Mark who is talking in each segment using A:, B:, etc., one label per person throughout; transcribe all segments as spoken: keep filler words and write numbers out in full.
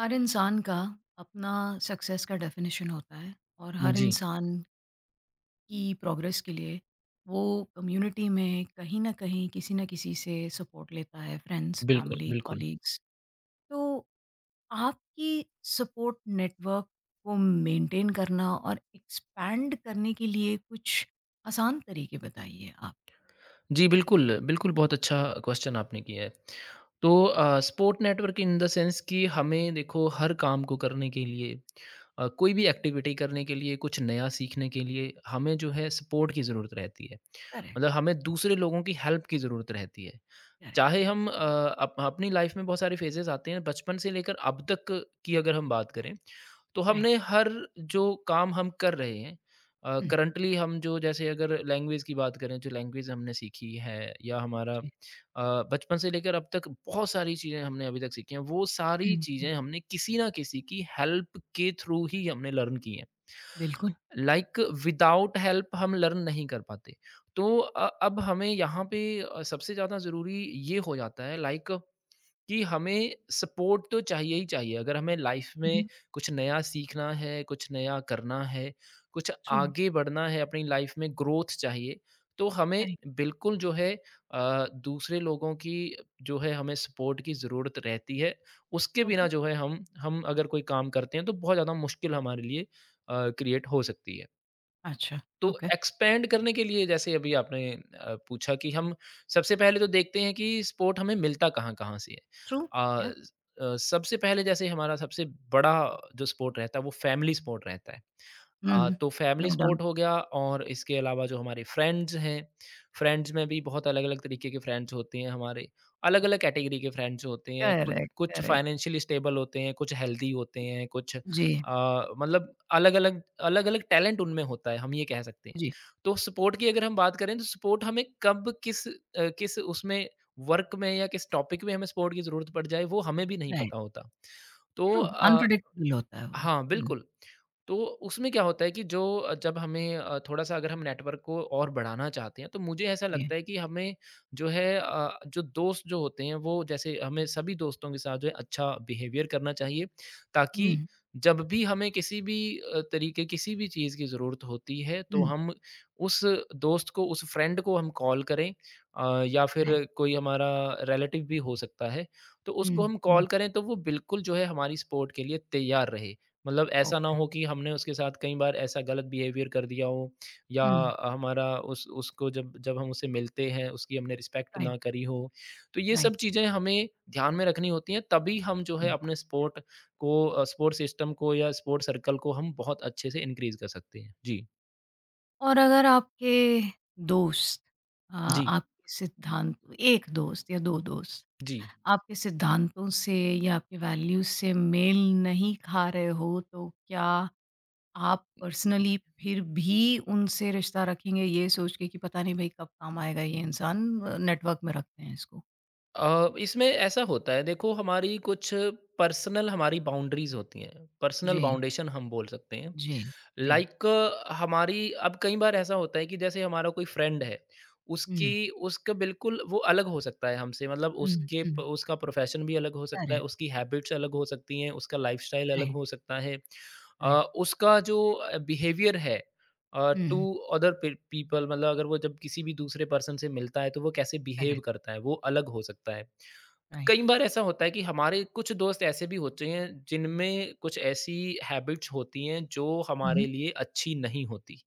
A: हर इंसान का अपना सक्सेस का डेफिनेशन होता है और हर
B: जी,
A: इंसान की प्रोग्रेस के लिए वो कम्युनिटी में कहीं ना कहीं किसी ना किसी से सपोर्ट लेता है। फ्रेंड्स,
B: बिल्कुल,
A: फैमिली,
B: बिल्कुल।
A: कॉलीग्स। तो आपकी सपोर्ट नेटवर्क को मेंटेन करना और एक्सपैंड करने के लिए कुछ आसान तरीके बताइए आप।
B: जी, बिल्कुल, बिल्कुल बहुत अच्छा क्वेश्चन आपने किया है। तो uh, support network in the sense कि हमें देखो हर काम को करने के लिए अ, कोई भी एक्टिविटी करने के लिए, कुछ नया सीखने के लिए हमें जो है सपोर्ट की ज़रूरत रहती है।
A: करेक्ट।
B: मतलब हमें दूसरे लोगों की हेल्प की ज़रूरत रहती है।
A: करेक्ट।
B: चाहे हम अ, अप अपनी लाइफ में बहुत सारे फेजेस आते हैं बचपन से लेकर अब तक की अगर हम बात करें तो
A: राइट।
B: हमने हर जो काम हम कर रहे हैं
A: हम्म।
B: करंटली हम जो जैसे अगर लैंग्वेज की बात करें जो लैंग्वेज हमने सीखी है या हमारा
A: जी,
B: अ, बचपन से लेकर अब तक बहुत सारी चीज़ें हमने अभी तक सीखी हैं वो सारी
A: हम्म, हम्म,
B: चीज़ें हमने किसी ना किसी की हेल्प के थ्रू ही हमने लर्न की हैं
A: बिल्कुल।
B: लाइक विदाउट हेल्प हम लर्न नहीं कर पाते। तो अ, अब हमें यहाँ पे अ, सबसे ज़्यादा ज़रूरी ये हो जाता है लाइक कि हमें सपोर्ट तो चाहिए ही चाहिए। अगर हमें लाइफ में कुछ नया सीखना है, कुछ नया करना है, कुछ
A: ट्रू।
B: आगे बढ़ना है, अपनी लाइफ में ग्रोथ चाहिए, तो हमें
A: राइट।
B: बिल्कुल जो है अ, दूसरे लोगों की जो है हमें सपोर्ट की ज़रूरत रहती है। उसके बिना
A: ओके।
B: जो है हम हम अगर कोई काम करते हैं तो बहुत ज़्यादा मुश्किल हमारे लिए अ, क्रिएट हो सकती है।
A: अच्छा।
B: तो
A: ओके।
B: एक्सपेंड करने के लिए जैसे अभी आपने अ, पूछा कि हम सबसे पहले तो देखते हैं कि स्पोर्ट हमें मिलता कहाँ-कहाँ से है।
A: ट्रू।
B: अ अ, सबसे पहले जैसे हमारा सबसे बड़ा जो स्पोर्ट रहता है वो फैमिली स्पोर्ट रहता है। हाँ,
A: हुँ,
B: तो
A: नो
B: फैमिली
A: डाउट।
B: सपोर्ट हो गया और इसके अलावा जो हमारे फ्रेंड्स हैं, फ्रेंड्स में भी बहुत अलग-अलग तरीके के फ्रेंड्स होते हैं हमारे, अलग-अलग कैटेगरी के फ्रेंड्स होते हैं, कुछ
A: करेक्ट,
B: कुछ
A: करेक्ट,
B: फाइनेंशियली स्टेबल होते हैं, कुछ हेल्दी होते हैं, कुछ
A: जी,
B: अ, मतलब अलग-अलग अलग-अलग टैलेंट उनमें होता है, हम ये कह सकते हैं।
A: जी,
B: तो सपोर्ट की अगर हम बात करें तो सपोर्ट हमें कब किस अ, किस उसमें वर्क में या किस टॉपिक में हमें सपोर्ट की ज़रूरत पड़ जाए वो हमें भी नहीं
A: राइट,
B: पता होता। तो
A: ट्रू,
B: हुँ। अ
A: अनप्रेडिक्टेबल होता है वो।
B: हाँ,
A: हुँ,
B: बिल्कुल। तो उसमें क्या होता है कि जो अ, जब हमें अ, थोड़ा-सा अगर हम नेटवर्क को और बढ़ाना चाहते हैं, तो मुझे ऐसा
A: जी,
B: लगता है कि हमें जो है अ, जो दोस्त जो होते हैं वो जैसे हमें सभी दोस्तों के साथ जो है अच्छा बिहेवियर करना चाहिए, ताकि
A: हुँ,
B: जब भी हमें किसी भी अ, तरीके किसी भी चीज़ की ज़रूरत होती है, तो
A: हुँ,
B: हम उस दोस्त को, उस फ्रेंड को हम कॉल करें अ, या फिर
A: राइट,
B: कोई हमारा रिलेटिव भी हो सकता है, तो
A: हुँ,
B: उसको हम
A: हुँ,
B: कॉल करें तो वो बिल्कुल जो है हमारी सपोर्ट के लिए तैयार रहे। मतलब ऐसा ना
A: ओके,
B: हो कि हमने उसके साथ कई बार ऐसा गलत बिहेवियर कर दिया हो या
A: हुँ,
B: हमारा उस उसको जब जब हम उससे मिलते हैं उसकी हमने रिस्पेक्ट
A: राइट,
B: ना करी हो तो ये
A: राइट,
B: सब चीज़ें हमें ध्यान में रखनी होती हैं तभी हम जो है
A: हुँ,
B: अपने स्पोर्ट को स्पोर्ट सिस्टम को या स्पोर्ट सर्कल को हम बहुत अच्छे से इंक्रीज कर सकते हैं। जी
A: और अगर आपके दोस्त अ,
B: जी
A: आपके सिद्धांत एक दोस्त या दो दोस्त
B: जी
A: आपके सिद्धांतों से या आपके वैल्यूज़ से मेल नहीं खा रहे हो, तो क्या आप
B: जी।
A: पर्सनली फिर भी उनसे रिश्ता रखेंगे ये सोच के कि पता नहीं भई कब काम आएगा ये इंसान, नेटवर्क में रखते हैं इसको।
B: अ, इसमें ऐसा होता है देखो हमारी कुछ पर्सनल हमारी बाउंड्रीज़ होती हैं, पर्सनल
A: जी,
B: बाउंडेशन हम बोल सकते हैं।
A: जी, जी।
B: लाइक हमारी अब कई बार ऐसा होता है कि जैसे हमारा कोई फ्रेंड है,
A: हुँ,
B: उसकी उसका बिल्कुल वो अलग हो सकता है हमसे मतलब
A: हुँ,
B: उसके प
A: हुँ।
B: उसका प्रोफ़ेशन भी अलग हो सकता है,
A: करेक्ट,
B: उसकी हैबिट्स अलग हो सकती हैं, उसका लाइफ़स्टाइल अलग
A: राइट,
B: हो सकता है। Uh,
A: right.
B: उसका जो अ, बिहेवियर है अ, टू
A: हुँ,
B: अदर पे पीपल मतलब अगर वो जब किसी भी दूसरे पर्सन से मिलता है तो वो कैसे बिहेव
A: करेक्ट,
B: करता है वो अलग हो सकता है।
A: राइट।
B: कई बार ऐसा होता है कि हमारे कुछ दोस्त ऐसे भी होते हैं जिनमें कुछ ऐसी हैबिट्स होती हैं जो हमारे
A: हुँ,
B: लिए अच्छी नहीं होती।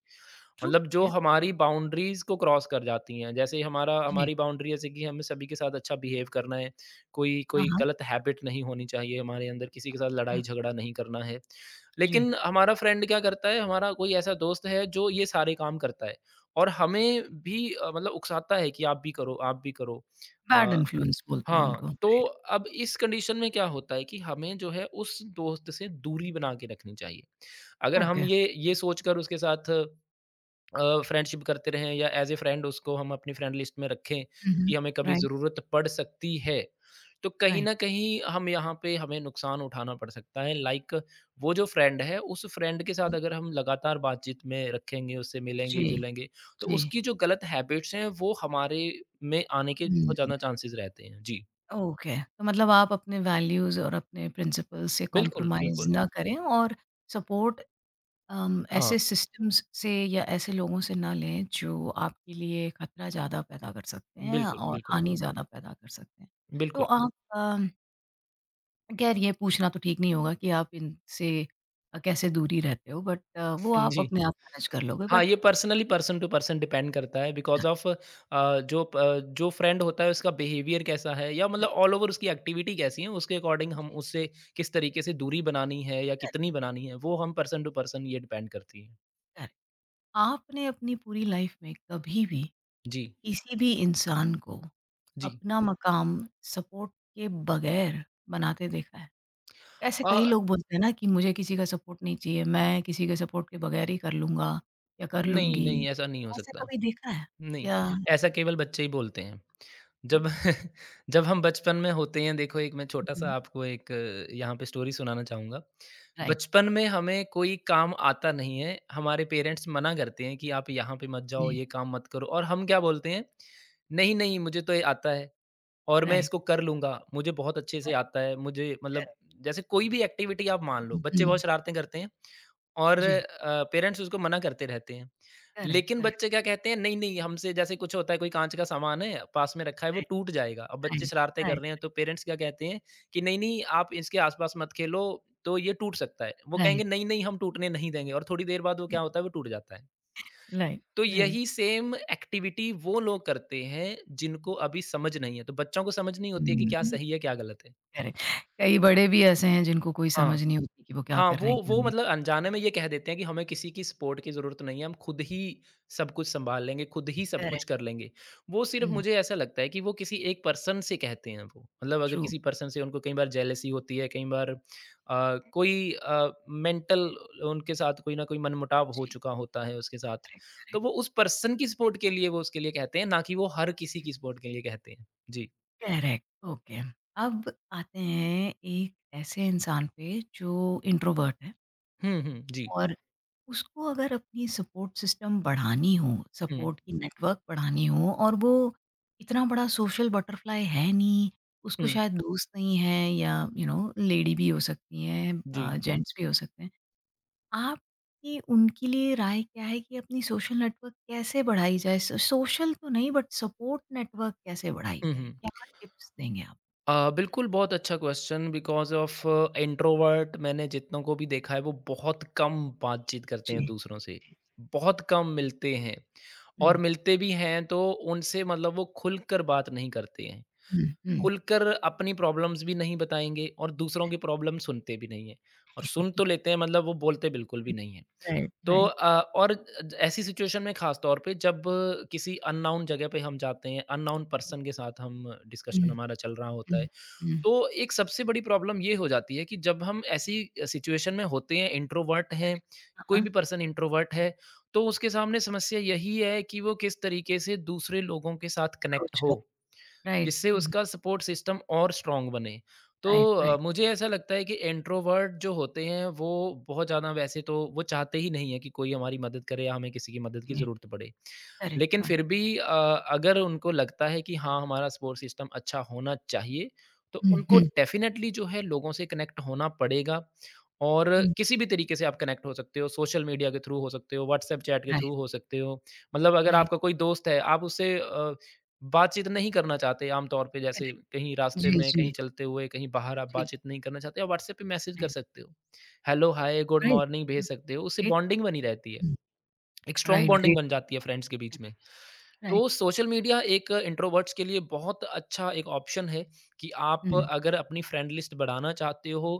A: ट्रू,
B: मतलब जो
A: या
B: हमारी बाउंड्रीज़ को क्रॉस कर जाती हैं, जैसे ही हमारा
A: जी।
B: हमारी बाउंड्री जैसे कि हमें सभी के साथ अच्छा बिहेव करना है, कोई
A: हाँ,
B: कोई
A: हाँ,
B: गलत हैबिट नहीं होनी चाहिए हमारे अंदर, किसी के साथ
A: हाँ,
B: लड़ाई-झगड़ा नहीं करना है।
A: जी,
B: लेकिन हमारा फ्रेंड क्या करता है, हमारा कोई ऐसा दोस्त है जो ये सारे काम करता है और हमें
A: राइट।
B: भी अ, मतलब उकसाता है कि आप भी करो, आप भी करो।
A: बैड
B: अ,
A: इन्फ्लुएंस बोलते हैं
B: हाँ,
A: उनको।
B: तो अब इस कंडीशन में क्या होता है कि हमें जो है उस दोस्त से दूरी बना के रखनी चाहिए। अगर हम
A: ओके।
B: ये ये सोचकर उसके साथ अ, फ्रेंडशिप करते रहें या एज़ ए फ्रेंड उसको हम अपनी फ्रेंड लिस्ट में रखें
A: हुँ, हुँ।
B: कि हमें कभी
A: राइट,
B: ज़रूरत पड़ सकती है। तो कहीं
A: राइट।
B: न कहीं हम यहाँ पे हमें नुकसान उठाना पड़ सकता है लाइक वो जो फ्रेंड है उस फ्रेंड के साथ
A: हुँ,
B: अगर हम लगातार बातचीत में रखेंगे, उससे
A: जी,
B: मिलेंगे-जुलेंगे तो
A: जी।
B: उसकी जो गलत हैबिट्स हैं वो हमारे में आने के बहुत
A: हुँ,
B: ज़्यादा चांसेज़ रहते हैं। जी,
A: ओके। तो मतलब आप अपने वैल्यूज़ और अपने प्रिंसिपल्स से
B: बिल्कुल,
A: कॉम्प्रोमाइज़
B: बिल्कुल।
A: ना करें और सपोर्ट अम,
B: हाँ,
A: ऐसे सिस्टम्स से या ऐसे लोगों से ना लें जो आपके लिए खतरा ज़्यादा पैदा कर सकते हैं
B: बिल्कुल,
A: और
B: बिल्कुल,
A: हानि ज़्यादा पैदा कर सकते हैं। तो
B: बिल्कुल।
A: आप अम, खैर ये पूछना तो ठीक नहीं होगा कि आप इनसे अ, कैसे दूरी रहते हो, बट अ, वो आप
B: जी।
A: अपने आप मैनेज कर लोगे,
B: हाँ,
A: बट
B: ये personally person to person depend करता है बिकॉज़ ऑफ़ अ, जो प जो फ्रेंड होता है उसका बिहेवियर कैसा है या मतलब ऑल ओवर उसकी एक्टिविटी कैसी है, उसके अकॉर्डिंग हम उससे किस तरीके से दूरी बनानी है या कितनी बनानी है, वो हम पर्सन टू पर्सन ये डिपेंड करती है।
A: आपने अपनी पूरी लाइफ में कभी भी
B: जी,
A: किसी भी इंसान को
B: जी।
A: अपना मकाम सपोर्ट के बगैर बनाते देखा है? ऐसे
B: अ,
A: कई लोग बोलते हैं ना कि मुझे किसी का सपोर्ट नहीं चाहिए, मैं किसी के सपोर्ट के बगैर ही कर लूँगा या कर
B: नहीं,
A: लूँगी।
B: नहीं ऐसा नहीं हो
A: ऐसा
B: सकता।
A: कभी देखा है?
B: नहीं,
A: या
B: ऐसा केवल बच्चे ही बोलते हैं। जब जब हम बचपन में होते हैं देखो एक मैं छोटा-सा
A: हुँ,
B: आपको एक अ, यहाँ पे स्टोरी सुनाना चाहूँगा।
A: राइट,
B: बचपन में हमें कोई काम आता नहीं है, हमारे पेरेंट्स मना करते हैं कि आप यहाँ पे मत जाओ,
A: जी,
B: ये काम मत करो और हम क्या बोलते हैं, नहीं, नहीं मुझे तो ये आता है और मैं
A: राइट,
B: इसको कर लूँगा, मुझे बहुत अच्छे से
A: राइट,
B: आता है, मुझे मतलब
A: करेक्ट।
B: जैसे कोई भी एक्टिविटी आप मान लो,
A: हुँ,
B: बच्चे बहुत
A: हुँ,
B: शरारतें करते हैं। और
A: जी,
B: अ, पेरेंट्स उसको मना करते रहते हैं।
A: करेक्ट,
B: लेकिन
A: करेक्ट,
B: बच्चे क्या कहते हैं, नहीं-नहीं हमसे जैसे कुछ होता है कोई काँच का सामान है, पास में रखा है वो
A: राइट,
B: टूट जाएगा। अब बच्चे
A: राइट,
B: शरारतें कर
A: राइट,
B: रहे हैं तो पेरेंट्स क्या कहते हैं कि नहीं-नहीं आप इसके आस-पास मत खेलो, तो ये टूट सकता है। वो कहेंगे नहीं-नहीं हम टूटने नहीं देंगे और थोड़ी देर बाद वो क्या होता है वो टूट जाता है।
A: राइट,
B: तो
A: राइट,
B: यही सेम एक्टिविटी वो लोग करते हैं जिनको अभी समझ नहीं है। तो बच्चों को समझ नहीं होती है कि क्या
A: हुँ,
B: सही है, क्या गलत है।
A: करेक्ट। कई बड़े भी ऐसे हैं जिनको कोई
B: हाँ।
A: समझ नहीं होती कि वो क्या
B: हाँ,
A: कर रहे
B: वो
A: हैं, क्या
B: वो
A: नहीं।
B: मतलब अनजाने में ये कह देते हैं कि हमें किसी की सपोर्ट की ज़रूरत नहीं है, हम खुद ही सब कुछ सँभाल लेंगे, खुद ही
A: कर
B: सब
A: रहे।
B: कुछ
A: करेक्ट,
B: कर लेंगे। वो सिर्फ़
A: हुँ,
B: मुझे ऐसा लगता है कि वो किसी एक पर्सन से कहते हैं वो। मतलब अगर
A: ट्रू,
B: किसी पर्सन से उनको कई बार जेलसी होती है, कई बार अ, कोई अ, मेंटल उनके साथ कोई ना कोई मनमुटाव हो
A: जी,
B: चुका होता है उसके साथ,
A: करेक्ट,
B: तो
A: करेक्ट।
B: वो उस पर्सन की सपोर्ट के लिए वो उसके लिए कहते हैं, ना कि वो हर किसी की सपोर्ट के लिए कहते हैं। जी।
A: करेक्ट। ओके। अब आते हैं एक ऐसे इंसान पे जो इंट्रोवर्ट है
B: हुँ, हुँ। जी।
A: और उसको अगर अपनी सपोर्ट सिस्टम बढ़ानी हो,
B: हुँ।
A: सपोर्ट की नेटवर्क बढ़ानी हो और वो इतना बड़ा सोशल बटरफ्लाई है नहीं। उसको
B: हुँ।
A: शायद दोस्त नहीं है, या यू नो लेडी भी हो सकती
B: जी।
A: हैं, जेंट्स भी हो सकते हैं। आपकी उनके लिए राय क्या है कि अपनी सोशल नेटवर्क कैसे बढ़ाई जाए, सोशल तो नहीं बट सपोर्ट नेटवर्क कैसे बढ़ाई
B: हुँ,
A: जाए,
B: हुँ।
A: क्या टिप्स देंगे आप?
B: अ, बिल्कुल, बहुत अच्छा क्वेश्चन बिकॉज़ ऑफ इंट्रोवर्ट मैंने जितनों को भी देखा है वो बहुत कम बातचीत करते हैं दूसरों से, बहुत कम मिलते हैं और
A: Mm,
B: मिलते भी हैं तो उनसे मतलब वो खुलकर बात नहीं करते हैं।
A: mm, mm.
B: खुलकर अपनी प्रॉब्लम्स भी नहीं बताएँगे और दूसरों की प्रॉब्लम सुनते भी नहीं हैं और सुन तो लेते हैं मतलब वो बोलते बिल्कुल भी नहीं हैं।
A: Right. Mm-hmm.
B: तो
A: Right.
B: अ, और अ, ऐसी सिचुएशन में ख़ास तौर पे जब किसी अननोन जगह पे हम जाते हैं, अननोन पर्सन के साथ हम डिस्कशन
A: Mm,
B: हमारा चल रहा होता है
A: mm, mm.
B: तो एक सबसे बड़ी प्रॉब्लम ये हो जाती है कि जब हम ऐसी सिचुएशन में होते हैं, इंट्रोवर्ट हैं, कोई
A: Uh-huh.
B: भी पर्सन इंट्रोवर्ट है, तो उसके सामने समस्या यही है कि वो किस तरीके से दूसरे लोगों के साथ कनेक्ट
A: Approach
B: हो।
A: कर। राइट,
B: जिससे
A: हुँ,
B: उसका सपोर्ट सिस्टम और स्ट्रॉन्ग बने। तो
A: राइट,
B: अ,
A: राइट,
B: मुझे ऐसा लगता है कि इंट्रोवर्ट जो होते हैं वो बहुत ज़्यादा वैसे तो वो चाहते ही नहीं है कि कोई हमारी मदद करे या हमें किसी की मदद की
A: जी,
B: ज़रूरत पड़े।
A: करेक्ट,
B: लेकिन
A: हाँ।
B: फिर भी अ, अगर उनको लगता है कि हाँ, हमारा सपोर्ट सिस्टम अच्छा होना चाहिए, तो
A: हुँ,
B: उनको
A: हुँ,
B: डेफ़िनेटली जो है लोगों से कनेक्ट होना पड़ेगा और
A: हुँ,
B: किसी भी तरीके से आप कनेक्ट हो सकते हो, सोशल मीडिया के थ्रू हो सकते हो, व्हाट्सएप चैट के थ्रू
A: राइट,
B: हो सकते हो। मतलब अगर
A: राइट,
B: आपका कोई दोस्त है, आप उससे अ, बातचीत नहीं करना चाहते आम तौर पे जैसे
A: करेक्ट,
B: कहीं रास्ते
A: जी,
B: में,
A: जी,
B: कहीं चलते हुए, कहीं बाहर आप
A: जी,
B: बातचीत नहीं करना चाहते, आप व्हाट्सएप पे मैसेज कर
A: राइट,
B: सकते हो। Hello, hi, good
A: right,
B: morning
A: hmm,
B: भेज सकते हो, उससे
A: ग्रेट,
B: बॉन्डिंग बनी रहती है।
A: हुँ,
B: एक स्ट्रॉन्ग
A: राइट,
B: बॉन्डिंग
A: ग्रेट,
B: बन जाती है फ्रेंड्स के बीच में।
A: करेक्ट, राइट,
B: तो सोशल मीडिया एक इंट्रोवर्ट्स के लिए बहुत अच्छा एक ऑप्शन है कि आप
A: हुँ,
B: अगर अपनी फ्रेंड लिस्ट बढ़ाना चाहते हो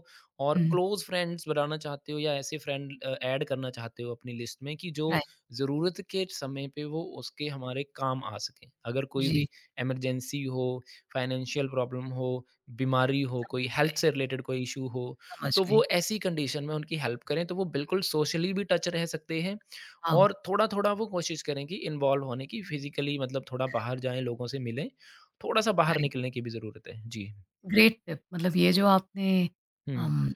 B: और
A: हुँ,
B: क्लोज फ्रेंड्स बढ़ाना चाहते हो या ऐसे फ्रेंड ऐड करना चाहते हो अपनी लिस्ट में कि जो
A: राइट,
B: ज़रूरत के समय पे वो उसके हमारे काम आ सकें अगर कोई
A: जी,
B: भी इमरजेंसी हो फाइनेंशियल प्रॉब्लम हो बीमारी हो कोई
A: समझ
B: हेल्थ
A: गए,
B: से रिलेटेड कोई इशू हो
A: समझ
B: तो
A: गई,
B: वो ऐसी कंडीशन में उनकी हेल्प करें तो वो बिल्कुल सोशली भी टच रह सकते हैं
A: वाओ!
B: और थोड़ा-थोड़ा वो कोशिश करें कि इन्वॉल्व होने की, फिज़िकली मतलब थोड़ा बाहर जाएँ, लोगों से मिलें, थोड़ा-सा बाहर
A: राइट।
B: निकलने की भी ज़रूरत है। जी।
A: Great tip. मतलब ये जो आपने
B: हुँ।
A: अम,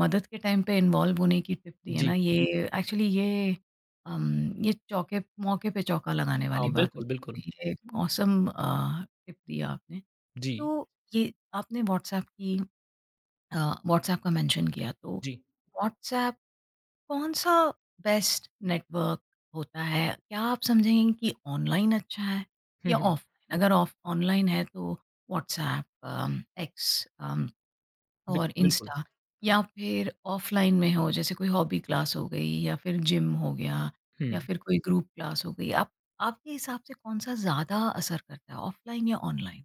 A: मदद के टाइम पे इन्वॉल्व होने की टिप दी है
B: जी।
A: ना, ये एक्चुअली ये अम, ये चौके मौके पे चौका लगाने
B: हाँ,
A: वाली बात
B: बिल्कुल, बिल्कुल।
A: होती है ये। ऑसम टिप दी आपने।
B: जी,
A: तो ये आपने व्हाट्सएप की, व्हाट्सएप का मेंशन किया, तो
B: जी।
A: व्हाट्सएप कौन सा बेस्ट नेटवर्क होता है? क्या आप समझेंगे कि ऑनलाइन अच्छा है
B: हुँ,
A: या
B: हुँ।
A: ऑफलाइन? अगर ऑफ ऑनलाइन है तो व्हाट्सएप, एक्स
B: बिल
A: और
B: बिल्कुल।
A: इंस्टा, या फिर ऑफ़लाइन में हो जैसे कोई हॉबी क्लास हो गई या फिर जिम हो गया
B: हुँ।
A: या फिर कोई ग्रुप क्लास हो गई। आप आपके हिसाब से कौन-सा ज़्यादा असर करता है, ऑफ़लाइन या ऑनलाइन?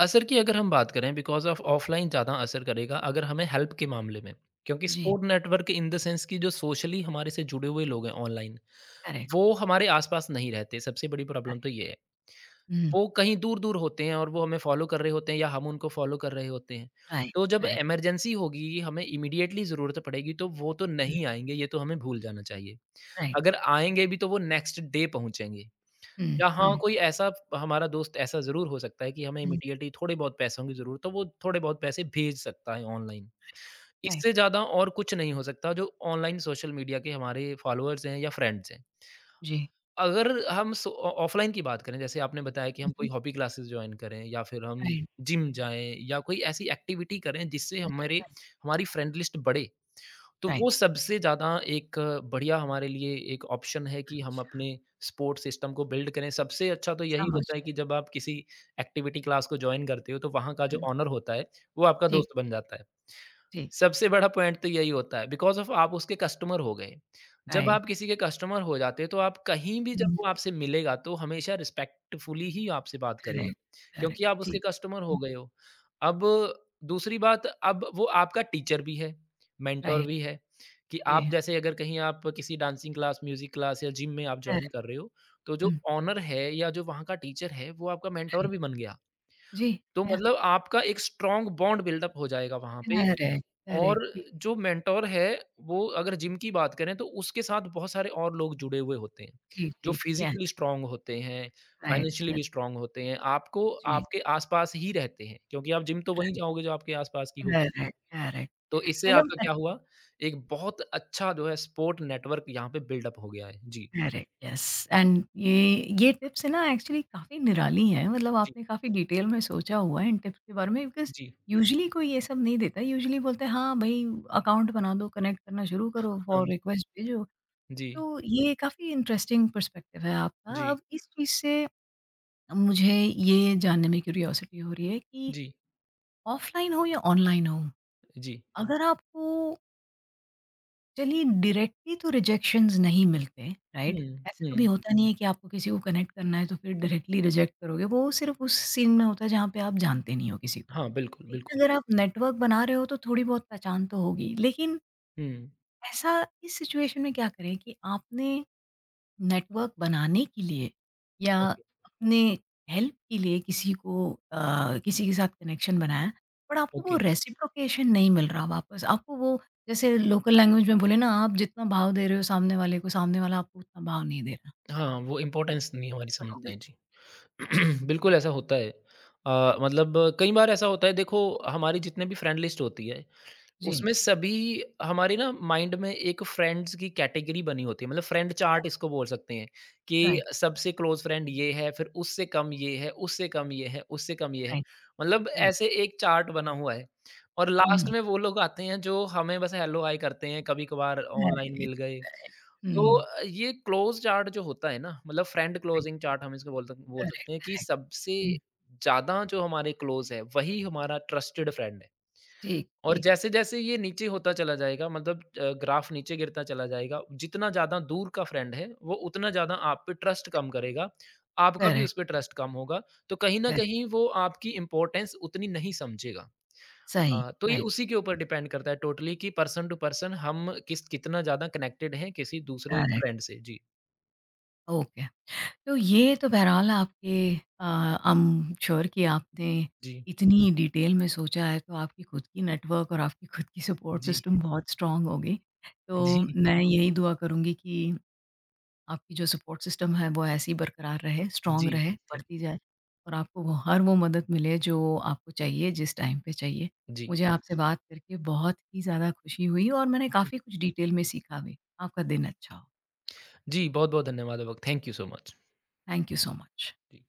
B: असर की अगर हम बात करें बिकॉज़ ऑफ ऑफ़लाइन ज़्यादा असर करेगा अगर हमें हेल्प के मामले में। क्योंकि
A: जी,
B: support network in the sense कि जो सोशली हमारे से जुड़े हुए लोग हैं ऑनलाइन,
A: करेक्ट,
B: वो हमारे आस-पास नहीं रहते, सबसे बड़ी प्रॉब्लम तो
A: राइट,
B: ये है।
A: हुँ,
B: वो कहीं दूर-दूर होते हैं और वो हमें फ़ॉलो कर रहे होते हैं या हम उनको फ़ॉलो कर रहे होते हैं।
A: राइट,
B: तो जब
A: राइट,
B: इमरजेंसी होगी, हमें इमीडिएटली ज़रूरत पड़ेगी तो वो तो
A: हुँ,
B: नहीं आएँगे, ये तो हमें भूल जाना चाहिए।
A: राइट,
B: अगर आएँगे भी तो वो नेक्स्ट डे पहुँचेंगे।
A: हुँ,
B: या हाँ,
A: हुँ,
B: कोई ऐसा हमारा दोस्त ऐसा ज़रूर हो सकता है कि हमें
A: हुँ,
B: इमीडिएटली थोड़े बहुत पैसों की ज़रूरत हो, वो थोड़े बहुत पैसे भेज सकता है ऑनलाइन।
A: राइट,
B: इससे ज़्यादा और कुछ नहीं हो सकता जो ऑनलाइन सोशल मीडिया के हमारे फ़ॉलोअर्स हैं या फ्रेंड्स हैं।
A: जी,
B: अगर हम सो ऑ ऑफ़लाइन की बात करें, जैसे आपने बताया कि
A: हुँ,
B: हम कोई
A: हुँ,
B: हॉबी क्लासेस जॉइन करें या फिर हम
A: राइट,
B: जिम जाएँ या कोई ऐसी एक्टिविटी करें जिससे
A: राइट,
B: हमारे
A: राइट,
B: हमारी फ्रेंड लिस्ट बढ़े, तो
A: राइट,
B: वो सबसे ज़्यादा एक बढ़िया हमारे लिए एक ऑप्शन है कि हम
A: अच्छा,
B: अपने सपोर्ट सिस्टम को बिल्ड करें। सबसे अच्छा तो यही
A: समझ
B: होता है
A: गए।
B: कि जब आप किसी एक्टिविटी क्लास को जॉइन करते हो, तो वहाँ का जो
A: हुँ,
B: ओनर होता है, वो आपका दोस्त बन
A: ठीक,
B: जाता है।
A: ठीक,
B: सबसे बड़ा पॉइंट तो यही होता है बिकॉज़ ऑफ आप उसके कस्टमर हो गए। जब
A: राइट,
B: आप किसी के कस्टमर हो जाते हैं, तो आप कहीं भी जब
A: हुँ,
B: वो आपसे मिलेगा, तो हमेशा रिस्पेक्टफुली ही आपसे बात करेगा,
A: करेक्ट, करेक्ट,
B: क्योंकि आप उसके
A: ठीक,
B: कस्टमर हो
A: हुँ,
B: गए हो। अब दूसरी बात, अब वो आपका टीचर भी है, मेंटर
A: राइट,
B: भी है, कि आप
A: जी,
B: जैसे अगर कहीं आप किसी डांसिंग क्लास, म्यूज़िक क्लास या जिम में आप जॉइन
A: करेक्ट,
B: कर रहे हो, तो जो
A: हुँ,
B: ओनर है या जो वहाँ का टीचर है, वो आपका मेंटर
A: राइट,
B: भी बन गया।
A: जी,
B: तो
A: ध्यान।
B: मतलब आपका एक स्ट्रॉन्ग बॉन्ड बिल्डअप हो जाएगा वहाँ पे
A: Correct,
B: और
A: correct. ठीक,
B: जो मेंटर है, वो अगर जिम की बात करें, तो उसके साथ बहुत सारे और लोग जुड़े हुए होते हैं,
A: ठीक,
B: जो
A: ठीक. Yes,
B: फिज़िकली स्ट्रॉन्ग होते हैं,
A: right,
B: फाइनेंशियली भी
A: correct.
B: स्ट्रॉन्ग होते हैं, आपको
A: जी,
B: आपके आस-पास ही रहते हैं, क्योंकि आप जिम तो वहीं
A: राइट,
B: जाओगे जो आपके आस-पास की होगी।
A: Correct, correct.
B: तो इससे
A: मतलब
B: आपका
A: अ,
B: क्या हुआ, एक बहुत अच्छा जो है सपोर्ट नेटवर्क यहाँ पे बिल्डअप हो गया है। जी,
A: करेक्ट, यस। एंड ये ये टिप्स ना एक्चुअली काफ़ी निराली हैं, मतलब
B: जी,
A: आपने काफ़ी डिटेल में सोचा हुआ है इन टिप्स के बारे में। बिकॉज़
B: जी,
A: यूजुअली कोई ये सब नहीं देता, यूजुअली बोलते हैं, "हाँ भई, अकाउंट बना दो, कनेक्ट करना शुरू करो, फॉर
B: अम,
A: रिक्वेस्ट भेजो."
B: जी,
A: तो ये काफ़ी इंटरेस्टिंग पर्सपेक्टिव है आपका।
B: जी,
A: अब इस चीज़ से मुझे ये जानने में क्यूरियोसिटी हो रही है कि
B: जी,
A: ऑफ़लाइन हो या ऑनलाइन हो?
B: जी।
A: अगर आपको, चलिए, डायरेक्टली तो रिजेक्शंस नहीं मिलते, राइट?
B: हुँ,
A: ऐसा कभी
B: हुँ।
A: होता नहीं है कि आपको किसी को कनेक्ट करना है तो फिर डायरेक्टली रिजेक्ट करोगे। वो सिर्फ़ उस सीन में होता है जहाँ पे आप जानते नहीं हो किसी को।
B: हाँ, बिल्कुल,
A: लेकिन
B: बिल्कुल।
A: अगर आप नेटवर्क बना रहे हो तो थोड़ी बहुत पहचान तो होगी। लेकिन
B: हुँ,
A: ऐसा इस सिचुएशन में क्या करें कि आपने नेटवर्क बनाने के लिए या
B: ओके,
A: अपने हेल्प के लिए किसी को अ, किसी के साथ कनेक्शन बनाया, बट आपको
B: ओके।
A: वो रेसिप्रोकेशन नहीं मिल रहा वापस। आपको वो, जैसे लोकल लैंग्वेज में बोले ना, आप जितना भाव दे रहे हो सामने वाले को, सामने वाला आपको उतना भाव नहीं दे रहा।
B: हाँ, वो इम्पोर्टेंस नहीं हमारी समझता
A: करोगे।
B: है। जी। बिल्कुल ऐसा होता है। अ, मतलब कई बार ऐसा होता है देखो हमारी जितने भी फ्रेंड लिस्ट होती है,
A: जी।
B: उसमें सभी हमारे ना माइंड में एक फ्रेंड्स की कैटेगरी बनी होती है मतलब फ्रेंड चार्ट इसको बोल सकते हैं, कि
A: राइट,
B: सबसे क्लोज़ फ्रेंड ये है, फिर उससे कम ये है, उससे कम ये है, उससे कम ये है।
A: राइट,
B: मतलब
A: राइट।
B: ऐसे एक चार्ट बना हुआ है और लास्ट
A: हुँ।
B: में वो लोग आते हैं जो हमें बस हेलो हाय करते हैं, कभी-कभार ऑनलाइन
A: राइट।
B: मिल गए। तो
A: हुँ।
B: अ, ये क्लोज़ चार्ट जो होता है ना, मतलब फ्रेंड
A: राइट,
B: क्लोजिंग चार्ट हम इसको बोल सक बोल
A: करेक्ट,
B: सकते हैं कि
A: करेक्ट।
B: सबसे
A: हुँ,
B: ज़्यादा जो हमारे क्लोज़ है, वही हमारा ट्रस्टेड फ्रेंड है।
A: ठीक,
B: और
A: ठीक।
B: जैसे-जैसे ये नीचे होता चला जाएगा मतलब अ, ग्राफ नीचे गिरता चला जाएगा, जितना ज़्यादा दूर का फ्रेंड है, वो उतना ज़्यादा आप पे ट्रस्ट कम करेगा, आपका भी उस
A: करेक्ट,
B: पे
A: करेक्ट,
B: ट्रस्ट कम होगा, तो कहीं न
A: करेक्ट।
B: कहीं वो आपकी इम्पोर्टेंस उतनी नहीं समझेगा।
A: सही,
B: अ, तो ये
A: राइट,
B: उसी के ऊपर डिपेंड करता है टोटली कि पर्सन टू पर्सन हम किस कितना ज़्यादा कनेक्टेड हैं किसी दूसरे
A: करेक्ट।
B: फ्रेंड से। जी।
A: ओके। तो ये तो बहरहाल आपके, आई एम श्योर कि आपने
B: जी,
A: इतनी डिटेल में सोचा है तो आपकी खुद की नेटवर्क और आपकी खुद की सपोर्ट
B: जी,
A: सिस्टम बहुत स्ट्रांग होगी। तो
B: जी,
A: मैं यही दुआ करूँगी कि आपकी जो सपोर्ट सिस्टम है वो ऐसी बरकरार रहे, स्ट्रांग
B: जी,
A: रहे,
B: थैंक
A: बढ़ती जाए और आपको वो हर वो मदद मिले जो आपको चाहिए जिस टाइम पे चाहिए।
B: जी,
A: मुझे आपसे बात करके बहुत ही ज़्यादा खुशी हुई और मैंने
B: जी,
A: काफ़ी कुछ डिटेल में सीखा भी। आपका दिन अच्छा हो।
B: जी, बहुत-बहुत धन्यवाद आपका। Thank you so much.
A: Thank you so much.
B: Ji.